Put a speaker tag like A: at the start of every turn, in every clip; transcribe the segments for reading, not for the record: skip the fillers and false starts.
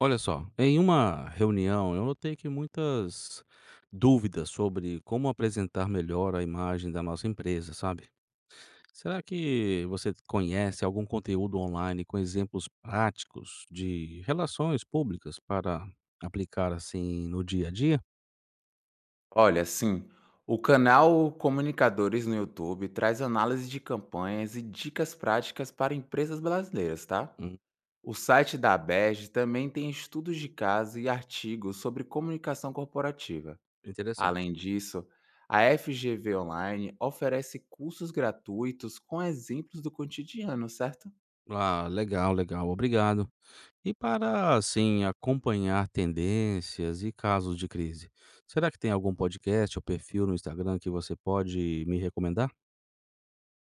A: Olha só, em uma reunião eu notei que muitas dúvidas sobre como apresentar melhor a imagem da nossa empresa, sabe? Será que você conhece algum conteúdo online com exemplos práticos de relações públicas para aplicar assim no dia a dia?
B: Olha, sim, o canal Comunicadores no YouTube traz análise de campanhas e dicas práticas para empresas brasileiras, tá?
A: Hum,
B: O site da ABEG também tem estudos de caso e artigos sobre comunicação corporativa.
A: interessante.
B: Além disso, a FGV Online oferece cursos gratuitos com exemplos do cotidiano, certo?
A: Ah, legal, legal, obrigado. E para assim acompanhar tendências e casos de crise, será que tem algum podcast ou perfil no Instagram que você pode me recomendar?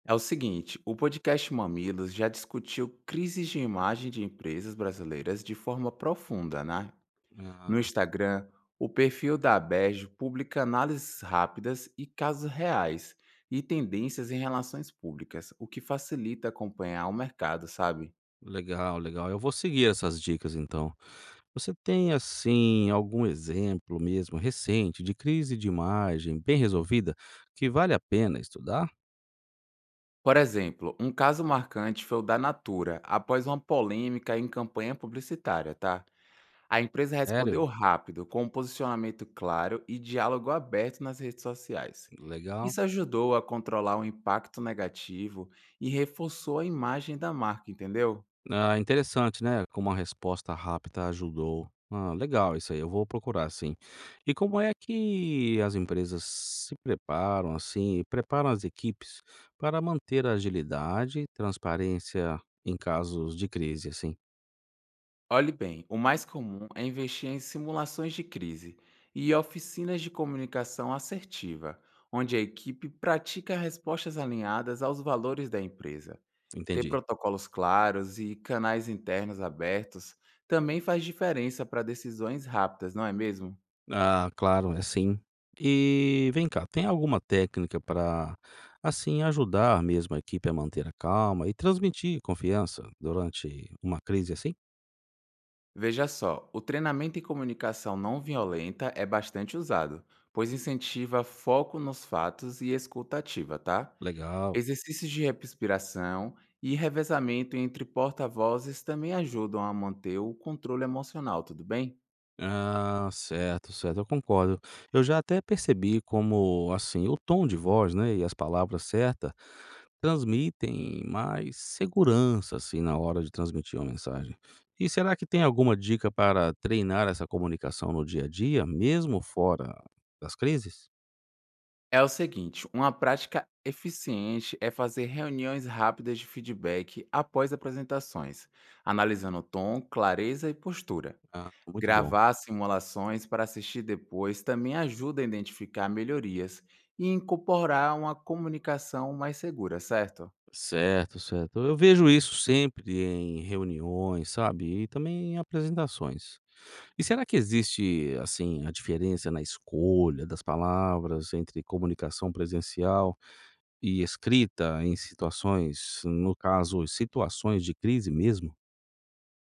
B: É o seguinte, o podcast Mamilos já discutiu crises de imagem de empresas brasileiras de forma profunda, né? No
A: Ah,
B: Instagram, o perfil da Aberj publica análises rápidas e casos reais e tendências em relações públicas, o que facilita acompanhar o mercado, sabe?
A: legal, legal. Eu vou seguir essas dicas então. Você tem, assim, algum exemplo mesmo recente de crise de imagem bem resolvida que vale a pena estudar?
B: Por exemplo, um caso marcante foi o da Natura, após uma polêmica em campanha publicitária, tá? A empresa respondeu
A: Sério?
B: rápido, com um posicionamento claro e diálogo aberto nas redes sociais.
A: Legal.
B: Isso ajudou a controlar o impacto negativo e reforçou a imagem da marca, entendeu?
A: Ah, interessante, né, como a resposta rápida ajudou. Ah, legal isso aí, eu vou procurar sim. E como é que as empresas se preparam, assim, e preparam as equipes para manter a agilidade e transparência em casos de crise, assim?
B: Olhe bem, o mais comum é investir em simulações de crise e oficinas de comunicação assertiva, onde a equipe pratica respostas alinhadas aos valores da empresa. Ter
A: Entendi.
B: protocolos claros e canais internos abertos também faz diferença para decisões rápidas, não é mesmo?
A: Ah, claro, é sim. E vem cá, tem alguma técnica para, assim, ajudar mesmo a equipe a manter a calma e transmitir confiança durante uma crise assim?
B: Veja só, o treinamento em comunicação não violenta é bastante usado, pois incentiva foco nos fatos e escuta ativa, tá?
A: Legal.
B: Exercícios de respiração e revezamento entre porta-vozes também ajudam a manter o controle emocional, tudo bem?
A: Ah, certo, certo, eu concordo. Eu já até percebi como, assim, o tom de voz, né, e as palavras certas transmitem mais segurança, assim, na hora de transmitir uma mensagem. E será que tem alguma dica para treinar essa comunicação no dia a dia, mesmo fora das crises?
B: É o seguinte, uma prática eficiente é fazer reuniões rápidas de feedback após apresentações, analisando tom, clareza e postura.
A: Ah, muito bom.
B: Gravar simulações para assistir depois também ajuda a identificar melhorias e incorporar uma comunicação mais segura, certo?
A: Certo, certo. Eu vejo isso sempre em reuniões, sabe? E também em apresentações. E será que existe, assim, a diferença na escolha das palavras entre comunicação presencial e escrita em situações, no caso, situações de crise mesmo?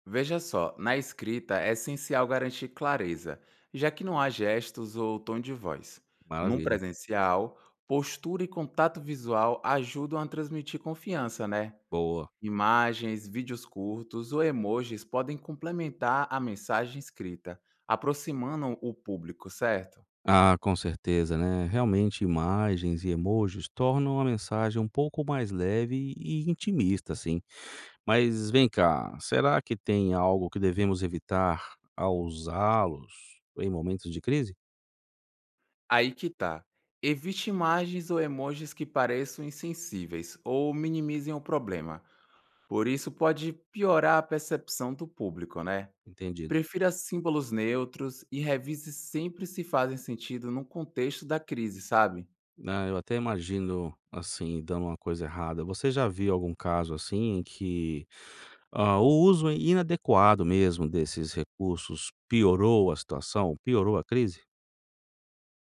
B: Veja só, na escrita é essencial garantir clareza, já que não há gestos ou tom de voz. Num
A: Maravilha,
B: presencial, postura e contato visual ajudam a transmitir confiança, né?
A: boa.
B: Imagens, vídeos curtos ou emojis podem complementar a mensagem escrita, aproximando o público, certo?
A: Ah, com certeza, né? Realmente, imagens e emojis tornam a mensagem um pouco mais leve e intimista, assim. Mas vem cá, será que tem algo que devemos evitar ao usá-los em momentos de crise?
B: Aí que tá. Evite imagens ou emojis que pareçam insensíveis ou minimizem o problema. Por isso pode piorar a percepção do público, né?
A: Entendido.
B: Prefira símbolos neutros e revise sempre se fazem sentido no contexto da crise, sabe?
A: Ah, eu até imagino, assim, dando uma coisa errada. Você já viu algum caso assim em que, ah, o uso inadequado mesmo desses recursos piorou a situação, piorou a crise?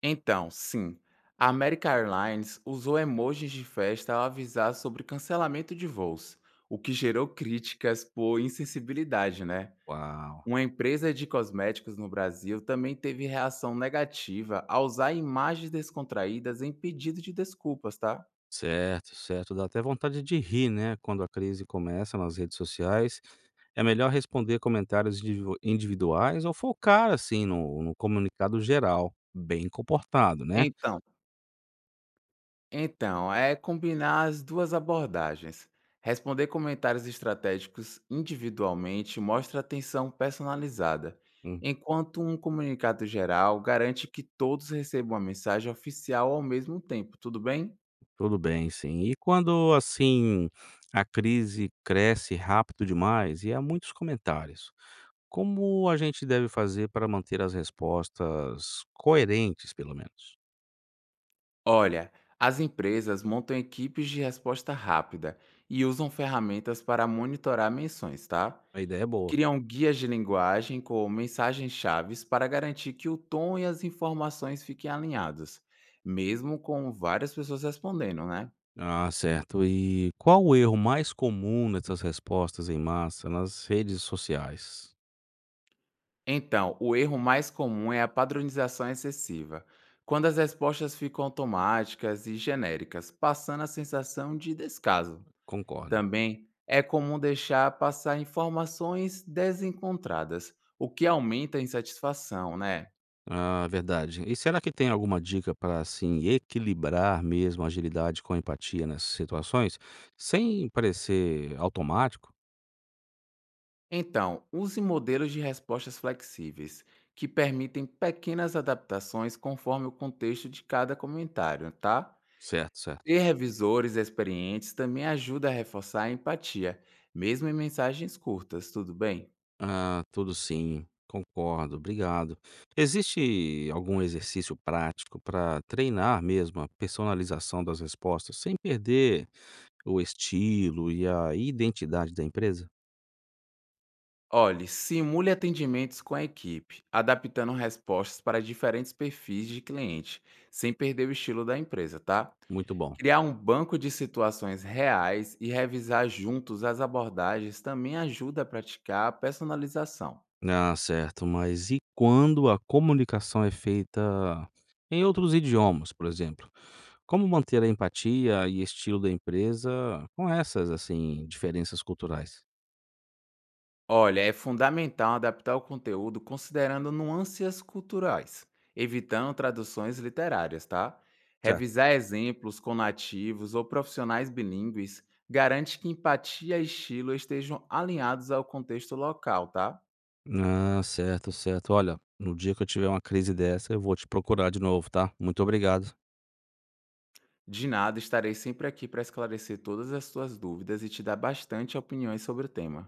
B: Então, sim, a American Airlines usou emojis de festa ao avisar sobre cancelamento de voos, o que gerou críticas por insensibilidade, né?
A: Uau!
B: Uma empresa de cosméticos no Brasil também teve reação negativa ao usar imagens descontraídas em pedido de desculpas, tá?
A: Certo, certo. Dá até vontade de rir, né, quando a crise começa nas redes sociais. É melhor responder comentários individu individuais ou focar, assim, no comunicado geral, bem comportado, né?
B: Então, Então, é combinar as duas abordagens. Responder comentários estratégicos individualmente mostra atenção personalizada, enquanto um comunicado geral garante que todos recebam a mensagem oficial ao mesmo tempo, tudo bem?
A: Tudo bem, sim. E quando, assim, a crise cresce rápido demais e há muitos comentários, como a gente deve fazer para manter as respostas coerentes, pelo menos?
B: Olha, as empresas montam equipes de resposta rápida e usam ferramentas para monitorar menções, tá?
A: A ideia é boa.
B: Criam guias de linguagem com mensagens-chaves para garantir que o tom e as informações fiquem alinhados, mesmo com várias pessoas respondendo, né?
A: Ah, certo. E qual o erro mais comum nessas respostas em massa nas redes sociais?
B: Então, o erro mais comum é a padronização excessiva, quando as respostas ficam automáticas e genéricas, passando a sensação de descaso.
A: Concordo.
B: Também é comum deixar passar informações desencontradas, o que aumenta a insatisfação, né?
A: Ah, verdade. E será que tem alguma dica para, assim, equilibrar mesmo a agilidade com a empatia nessas situações, sem parecer automático?
B: Então, use modelos de respostas flexíveis, que permitem pequenas adaptações conforme o contexto de cada comentário, tá?
A: Certo, certo.
B: Ter revisores experientes também ajuda a reforçar a empatia, mesmo em mensagens curtas, tudo bem?
A: Ah, tudo sim, concordo, obrigado. Existe algum exercício prático para treinar mesmo a personalização das respostas sem perder o estilo e a identidade da empresa?
B: Olhe, simule atendimentos com a equipe, adaptando respostas para diferentes perfis de cliente, sem perder o estilo da empresa, tá?
A: Muito bom.
B: Criar um banco de situações reais e revisar juntos as abordagens também ajuda a praticar a personalização.
A: Ah, certo, mas e quando a comunicação é feita em outros idiomas, por exemplo? Como manter a empatia e estilo da empresa com essas assim diferenças culturais?
B: Olha, é fundamental adaptar o conteúdo considerando nuances culturais, evitando traduções literárias, tá?
A: Certo.
B: Revisar exemplos com nativos ou profissionais bilíngues garante que empatia e estilo estejam alinhados ao contexto local, tá?
A: Ah, certo, certo. Olha, no dia que eu tiver uma crise dessa, eu vou te procurar de novo, tá? Muito obrigado.
B: De nada, estarei sempre aqui para esclarecer todas as suas dúvidas e te dar bastante opiniões sobre o tema.